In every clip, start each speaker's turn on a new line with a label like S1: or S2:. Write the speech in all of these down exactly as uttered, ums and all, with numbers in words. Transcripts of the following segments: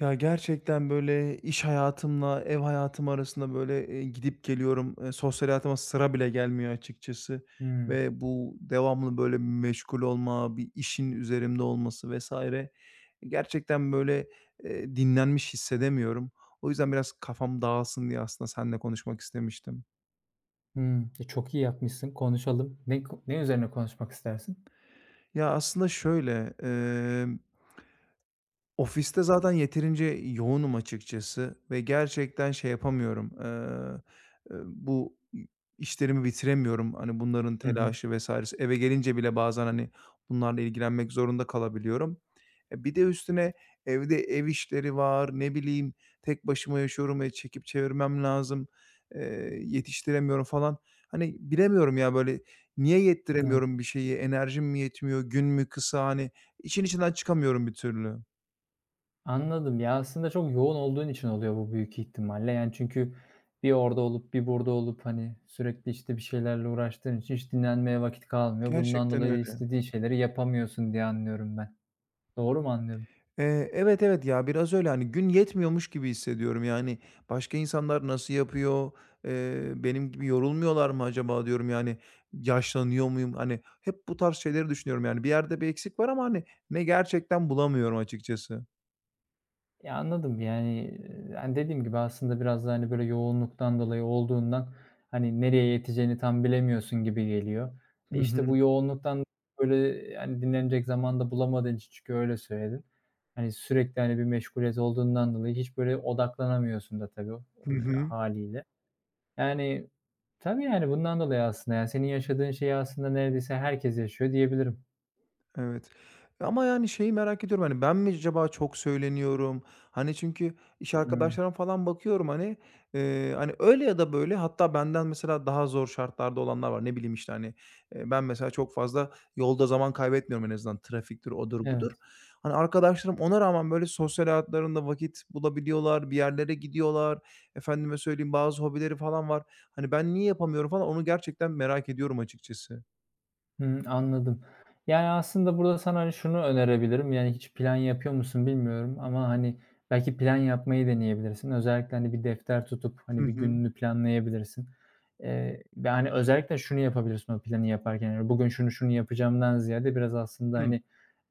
S1: Ya, gerçekten, böyle, iş hayatımla ev hayatım arasında, böyle, eee, gidip geliyorum. Eee, sosyal hayatıma sıra bile gelmiyor açıkçası
S2: Hımm.
S1: ve bu devamlı, böyle, meşgul olma, bir işin üzerimde olması vesaire e, gerçekten, böyle, eee, dinlenmiş hissedemiyorum. O yüzden biraz kafam dağılsın diye aslında seninle konuşmak istemiştim.
S2: Hımm. E, çok iyi yapmışsın. Konuşalım. Ne ko ne üzerine konuşmak istersin?
S1: Ya, aslında şöyle, ofiste zaten yeterince yoğunum açıkçası ve gerçekten şey yapamıyorum, eee, eee, bu işlerimi bitiremiyorum. Hani, bunların
S2: Hı hı.
S1: telaşı vs.si eve gelince bile bazen, hani, bunlarla ilgilenmek zorunda kalabiliyorum. E, bir de üstüne evde ev işleri var, ne bileyim, tek başıma yaşıyorum, e, çekip çevirmem lazım, eee, yetiştiremiyorum falan. Hani, bilemiyorum ya, böyle, niye
S2: Evet.
S1: yettiremiyorum bir şeyi, enerjim mi yetmiyor, gün mü kısa, hani, işin içinden çıkamıyorum bir türlü.
S2: Anladım. Ya, aslında çok yoğun olduğun için oluyor bu büyük ihtimalle. Yani, çünkü bir orada olup bir burada olup, hani, sürekli, işte, bir şeylerle uğraştığın için hiç dinlenmeye vakit kalmıyor. Bundan
S1: Gerçekten
S2: dolayı
S1: öyle.
S2: istediğin şeyleri yapamıyorsun diye anlıyorum ben. Doğru mu anlıyorum?
S1: Eee, evet, evet ya, biraz öyle, hani, gün yetmiyormuş gibi hissediyorum. Yani, başka insanlar nasıl yapıyor? Eee, benim gibi yorulmuyorlar mı acaba diyorum, yani, yaşlanıyor muyum? Hani, hep bu tarz şeyleri düşünüyorum, yani, bir yerde bir eksik var ama, hani, ne gerçekten bulamıyorum açıkçası.
S2: Ya, anladım. Yani, hani, dediğim gibi aslında biraz da, hani, böyle yoğunluktan dolayı olduğundan, hani, nereye yeteceğini tam bilemiyorsun gibi geliyor. E,
S1: Hı
S2: işte bu
S1: hı.
S2: yoğunluktan, böyle, hani, dinlenecek zaman da bulamadığın için çünkü öyle söyledin. Hani, sürekli, hani, bir meşguliyet olduğundan dolayı hiç böyle odaklanamıyorsun da tabii, eee,
S1: Hı hı.
S2: hâliyle. Yani, tabii, yani, bundan dolayı aslında, yani, senin yaşadığın şeyi aslında neredeyse herkes yaşıyor diyebilirim.
S1: Evet. Ama yani şeyi merak ediyorum, hani, ben mi acaba çok söyleniyorum? Hani, çünkü iş
S2: Hımm.
S1: arkadaşlarıma falan bakıyorum, hani, eee, hani, öyle ya da böyle hatta benden mesela daha zor şartlarda olanlar var. Ne bileyim, işte, hani, eee, ben mesela çok fazla yolda zaman kaybetmiyorum en azından. Trafiktir, odur budur.
S2: Evet.
S1: Hani, arkadaşlarım ona rağmen böyle sosyal hayatlarında vakit bulabiliyorlar, bir yerlere gidiyorlar. Efendime söyleyeyim, bazı hobileri falan var. Hani, ben niye yapamıyorum falan onu gerçekten merak ediyorum açıkçası.
S2: Hımm, anladım. Yani, aslında burada sana, hani, şunu önerebilirim, yani, hiç plan yapıyor musun bilmiyorum ama, hani, belki plan yapmayı deneyebilirsin. Özellikle, hani, bir defter tutup,
S1: Hı
S2: hani, bir
S1: hı.
S2: gününü planlayabilirsin. Eee, ve, hani, özellikle şunu yapabilirsin o planı yaparken, yani, bugün şunu şunu yapacağımdan ziyade biraz aslında,
S1: Hı.
S2: hani,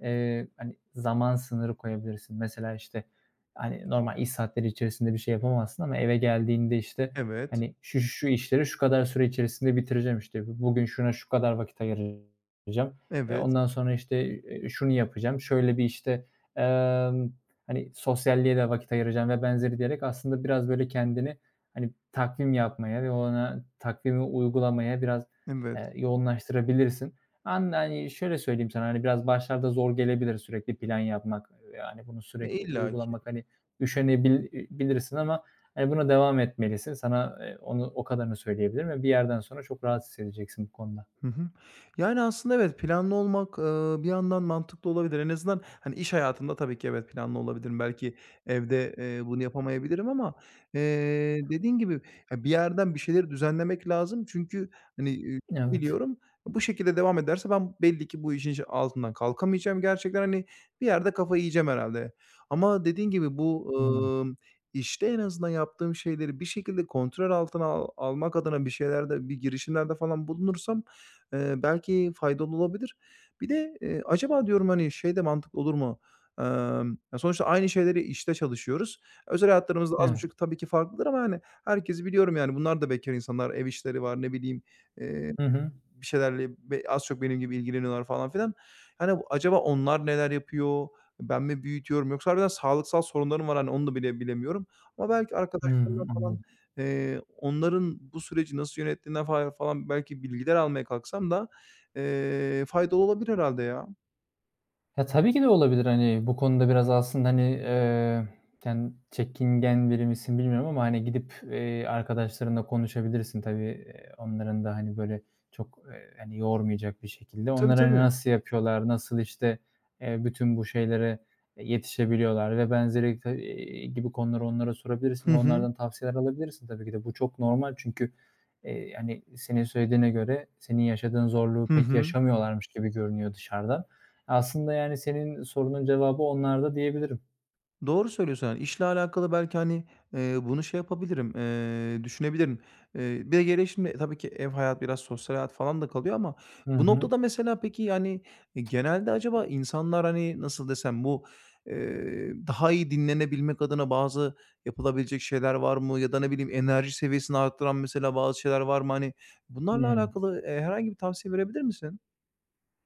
S2: eee, hani, zaman sınırı koyabilirsin. Mesela, işte, hani, normal iş saatleri içerisinde bir şey yapamazsın ama eve geldiğinde, işte,
S1: Evet,
S2: hani şu, şu, şu işleri şu kadar süre içerisinde bitireceğim işte. Bugün şuna şu kadar vakit ayıracağım. E,
S1: evet.
S2: ondan sonra işte, e, şunu yapacağım. Şöyle bir işte, emm, hani sosyalliğe de vakit ayıracağım ve benzeri diyerek aslında biraz böyle kendini hani takvim yapmaya ve ona takvimi uygulamaya biraz,
S1: Evet.
S2: eee, yoğunlaştırabilirsin. An hani şöyle söyleyeyim sana, hani biraz başlarda zor gelebilir sürekli plan yapmak. Yani bunu
S1: E,
S2: sürekli
S1: illaki.
S2: uygulamak hani üşenebil e, bilirsin ama Eee, buna devam etmelisin. Sana, eee, onu o kadarını söyleyebilirim ve bir yerden sonra çok rahat hissedeceksin bu konuda.
S1: Hı hı. Yani, aslında evet, planlı olmak, eee, bir yandan mantıklı olabilir. En azından, hani, iş hayatında tabii ki evet, planlı olabilirim. Belki evde, eee, bunu yapamayabilirim ama, eee, dediğin gibi, ya, bir yerden bir şeyleri düzenlemek lazım. Çünkü, hani, eee,
S2: Evet.
S1: biliyorum, bu şekilde devam ederse ben belli ki bu işin altından kalkamayacağım. Gerçekten, hani, bir yerde kafayı yiyeceğim herhalde. Ama dediğin gibi bu,
S2: Hımm.
S1: ımm, işte en azından yaptığım şeyleri bir şekilde kontrol altına al almak adına bir şeylerde, bir girişimlerde falan bulunursam, Eee, belki faydalı olabilir. Bir de, eee, acaba diyorum, hani, şey de mantıklı olur mu? Emm, ya, sonuçta aynı şeyleri işte çalışıyoruz. Özel hayatlarımızda az
S2: Evet.
S1: buçuk tabii ki farklıdır ama, hani, herkesi biliyorum, yani, bunlar da bekâr insanlar, ev işleri var, ne bileyim, eee
S2: Hı hı.
S1: bir şeylerle be az çok benim gibi ilgileniyorlar falan filan. Hani, acaba onlar neler yapıyor? Ben mi büyütüyorum yoksa harbiden sağlıksal sorunlarım var, hani, onu da bile bilemiyorum ama belki arkadaşlarımdan
S2: Hımm,
S1: falan,
S2: anladım.
S1: eee, onların bu süreci nasıl yönettiğinden fa falan belki bilgiler almaya kalksam da, eee, faydalı olabilir herhalde ya.
S2: Ya, tabii ki de olabilir. Hani, bu konuda biraz aslında, hani, eee, yani, çekingen biri misin bilmiyorum ama, hani, gidip, eee, arkadaşlarınla konuşabilirsin tabii. Eee, onların da, hani, böyle çok, eee, hani, yormayacak bir şekilde.
S1: Tabii,
S2: Onlar, hani,
S1: tabii.
S2: nasıl yapıyorlar, nasıl, işte, eee, bütün bu şeylere, yetişebiliyorlar ve benzeri ta eee, gibi konuları onlara sorabilirsin
S1: Hı
S2: ve
S1: hı.
S2: onlardan tavsiyeler alabilirsin tabii ki de. Bu çok normal çünkü, eee, hani, senin söylediğine göre senin yaşadığın zorluğu
S1: Hı
S2: pek
S1: hı.
S2: yaşamıyorlarmış gibi görünüyor dışarıdan. Aslında, yani, senin sorunun cevabı onlarda diyebilirim.
S1: Doğru söylüyorsun. Yani, işle alakalı belki, hani, eee, bunu şey yapabilirim, eee, düşünebilirim. Eee, bir de geriye şimdi tabii ki ev hayat, biraz sosyal hayat falan da kalıyor ama
S2: Hı
S1: bu
S2: hı.
S1: noktada mesela peki, yani, eee, genelde acaba insanlar, hani, nasıl desem, bu, eee, daha iyi dinlenebilmek adına bazı yapılabilecek şeyler var mı ya da ne bileyim enerji seviyesini arttıran mesela bazı şeyler var mı? Hani, bunlarla
S2: Hıı.
S1: alakalı, eee, herhangi bir tavsiye verebilir misin?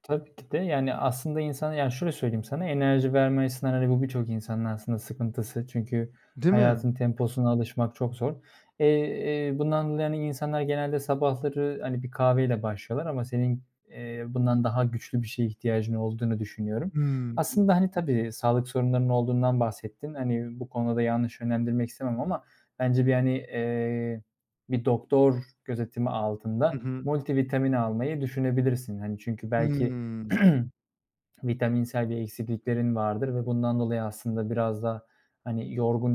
S2: Tabii ki de. Yani, aslında insan yani, şöyle söyleyeyim sana, enerji verme açısından, hani, bu birçok insanın aslında sıkıntısı. Çünkü
S1: Değil mi?
S2: hayatın temposuna alışmak çok zor. Eee, eee, bundan dolayı, hani, insanlar genelde sabahları, hani, bir kahveyle başlıyorlar ama senin, eee, bundan daha güçlü bir şeye ihtiyacın olduğunu düşünüyorum.
S1: Hımm.
S2: Aslında, hani, tabii sağlık sorunlarının olduğundan bahsettin. Hani, bu konuda yanlış yönlendirmek istemem ama bence bir, hani, eee, bir doktor gözetimi
S1: Hı
S2: altında
S1: hı.
S2: multivitamin almayı düşünebilirsin. Hani, çünkü belki
S1: Hımm.
S2: vitaminsel bir eksikliklerin vardır ve bundan dolayı aslında biraz da, hani, yorgun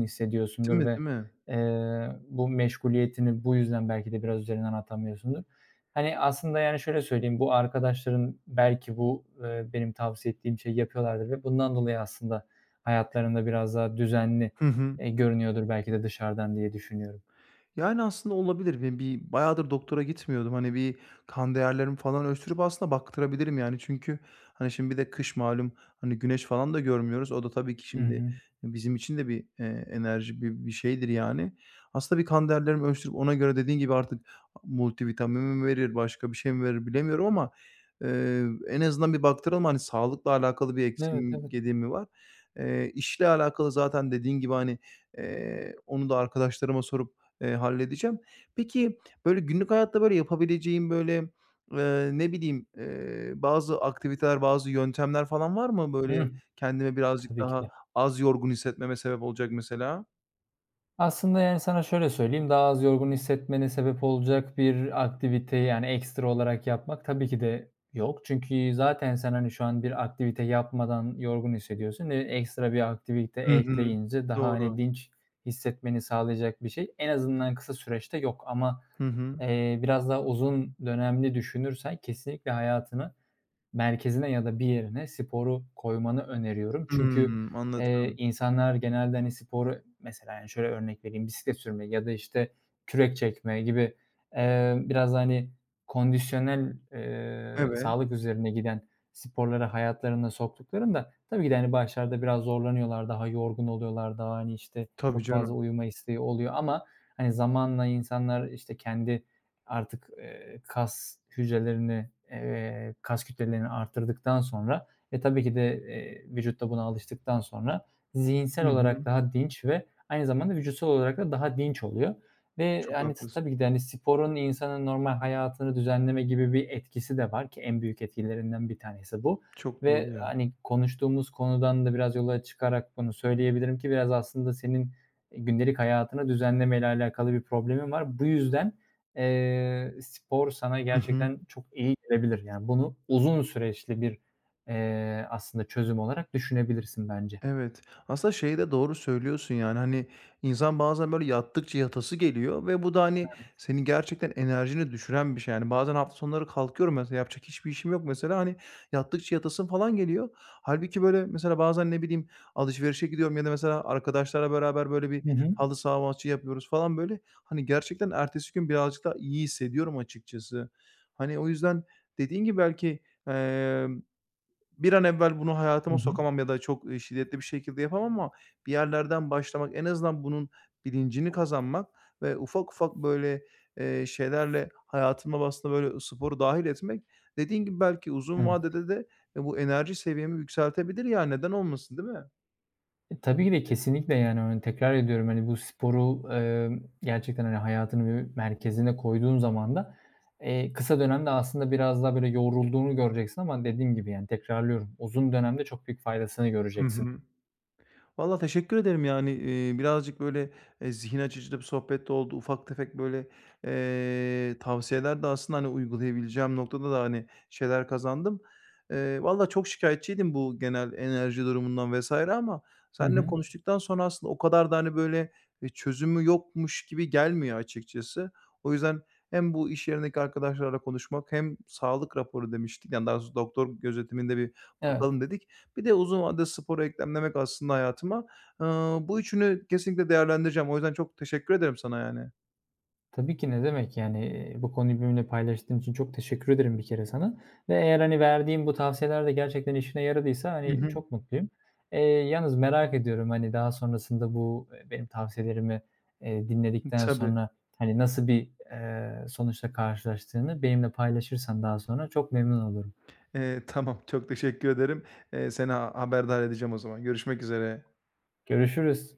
S1: Değil
S2: hissediyorsundur
S1: mi,
S2: ve,
S1: değil mi?
S2: eee, bu meşguliyetini bu yüzden belki de biraz üzerinden atamıyorsundur. Hani, aslında, yani, şöyle söyleyeyim, bu arkadaşların belki bu, eee, benim tavsiye ettiğim şeyi yapıyorlardır ve bundan dolayı aslında hayatlarında biraz daha düzenli,
S1: Hı hı.
S2: eee, görünüyordur belki de dışarıdan diye düşünüyorum.
S1: Yani, aslında olabilir. Ben bir bayağıdır doktora gitmiyordum. Hani, bir kan değerlerimi falan ölçtürüp aslında baktırabilirim, yani. Çünkü, hani, şimdi bir de kış malum, hani, güneş falan da görmüyoruz. O da tabii ki
S2: Hı
S1: şimdi
S2: hı.
S1: bizim için de bir, eee, enerji, bir bir şeydir, yani. Aslında bir kan değerlerimi ölçtürüp ona göre dediğin gibi artık multivitamin mi verir, başka bir şey mi verir bilemiyorum ama, eee, en azından bir baktıralım. Hani, sağlıkla alakalı bir
S2: Evet,
S1: eksiğim,
S2: evet.
S1: gediğim mi var? Eee, işle alakalı zaten dediğin gibi, hani, eee, onu da arkadaşlarıma sorup Eee, halledeceğim. Peki, böyle, günlük hayatta, böyle, yapabileceğim, böyle, eee, ne bileyim, eee, bazı aktiviteler, bazı yöntemler falan var mı?
S2: Hıh.
S1: Böyle, kendime birazcık
S2: Tabii ki.
S1: daha az yorgun hissetmeme sebep olacak mesela.
S2: Aslında, yani, sana şöyle söyleyeyim, daha az yorgun hissetmene sebep olacak bir aktiviteyi, yani, ekstra olarak yapmak tabii ki de yok. Çünkü zaten sen, hani, şu an bir aktivite yapmadan yorgun hissediyorsun. Eee, ekstra bir aktivite
S1: Hı hı.
S2: ekleyince daha, hani,
S1: Doğru.
S2: dinç hissetmeni sağlayacak bir şey en azından kısa süreçte yok ama,
S1: Hı hı.
S2: eee, biraz daha uzun dönemli düşünürsen kesinlikle hayatını merkezine ya da bir yerine sporu koymanı öneriyorum. Çünkü,
S1: Hımm,
S2: eee,
S1: anladım.
S2: insanlar genelde, hani, sporu mesela, yani, şöyle örnek vereyim, bisiklet sürme ya da, işte, kürek çekme gibi, eee, biraz hani, kondisyonel, eee,
S1: Evet.
S2: sağlık üzerine giden sporları hayatlarına soktuklarında tabii ki de, hani, başlarda biraz zorlanıyorlar, daha yorgun oluyorlar, daha, hani, işte,
S1: Tabii
S2: çok fazla
S1: canım.
S2: uyuma isteği oluyor ama, hani, zamanla insanlar, işte, kendi artık, eee, kas hücrelerini, eee, kas kütlelerini artırdıktan sonra, e, tabii ki de, eee, vücut buna alıştıktan sonra zihinsel
S1: Hı
S2: olarak
S1: hı.
S2: daha dinç ve aynı zamanda vücutsal olarak da daha dinç oluyor ve,
S1: Çok
S2: hani,
S1: haklısın.
S2: tabii ki de, hani, sporun insanın normal hayatını düzenleme gibi bir etkisi de var ki en büyük etkilerinden bir tanesi bu
S1: Çok
S2: ve,
S1: doğru ya.
S2: hani, konuştuğumuz konudan da biraz yola çıkarak bunu söyleyebilirim ki biraz aslında senin, eee, gündelik hayatını düzenlemeyle alakalı bir problemin var. Bu yüzden Eee, spor sana
S1: Hı hı.
S2: gerçekten çok iyi gelebilir. Yani bunu uzun süreçli bir, eee, aslında çözüm olarak düşünebilirsin bence.
S1: Evet. Aslında şeyi de doğru söylüyorsun, yani, hani, insan bazen böyle yattıkça yatası geliyor ve bu da, hani, senin gerçekten enerjini düşüren bir şey. Yani, bazen hafta sonları kalkıyorum mesela, yapacak hiçbir işim yok mesela, hani, yattıkça yatasın falan geliyor. Halbuki böyle mesela bazen, ne bileyim, alışverişe gidiyorum ya da mesela arkadaşlarla beraber böyle bir
S2: Hı hı.
S1: halı saha maçı yapıyoruz falan böyle. Hani, gerçekten ertesi gün birazcık daha iyi hissediyorum açıkçası. Hani, o yüzden dediğin gibi belki, bir an evvel bunu
S2: Hı
S1: hayatıma
S2: hı.
S1: sokamam ya da çok, eee, şiddetli bir şekilde yapamam ama bir yerlerden başlamak, en azından bunun bilincini kazanmak ve ufak ufak böyle, eee, şeylerle hayatıma aslında böyle sporu dâhil etmek, dediğin gibi belki uzun
S2: Evet.
S1: vadede de, eee, bu enerji seviyemi yükseltebilir ya, neden olmasın, değil mi?
S2: E, tabii ki de kesinlikle yani, hani, tekrar ediyorum, hani, bu sporu, emm, gerçekten, hani, hayatının bir merkezine koyduğun zaman da, eee, kısa dönemde aslında biraz daha böyle yorulduğunu göreceksin ama dediğim gibi, yani, tekrarlıyorum, uzun dönemde çok büyük faydasını
S1: Hı
S2: göreceksin.
S1: hı. Valla teşekkür ederim yani, eee, birazcık böyle, eee, zihin açıcı da bir sohbet de oldu. Ufak tefek böyle, eee, tavsiyeler de aslında, hani, uygulayabileceğim noktada da, hani, şeyler kazandım. Eee, valla çok şikayetçiydim bu genel enerji durumundan vesaire ama
S2: Hı
S1: seninle
S2: hı.
S1: konuştuktan sonra aslında o kadar da, hani, böyle, eee, çözümü yokmuş gibi gelmiyor açıkçası. O yüzden hem bu iş yerindeki arkadaşlarla konuşmak hem sağlık raporu demiştik, yani, daha doğrusu doktor gözetiminde bir
S2: Evet.
S1: bakalım dedik. Bir de uzun vadede sporu eklemlemek aslında hayatıma. Aaa, bu üçünü kesinlikle değerlendireceğim. O yüzden çok teşekkür ederim sana yani.
S2: Tabii ki, ne demek. Yani, bu konuyu benimle paylaştığın için çok teşekkür ederim bir kere sana ve eğer, hani, verdiğim bu tavsiyeler de gerçekten işine yaradıysa,
S1: Hı
S2: hani,
S1: hı.
S2: çok mutluyum. Eee, yalnız merak ediyorum, hani, daha sonrasında bu, eee, benim tavsiyelerimi, eee, dinledikten
S1: Tabii.
S2: sonra, hani, nasıl bir, eee, sonuçla karşılaştığını benimle paylaşırsan daha sonra çok memnun olurum.
S1: Eee, tamam, çok teşekkür ederim. Eee, seni ha haberdar edeceğim o zaman. Görüşmek üzere.
S2: Görüşürüz.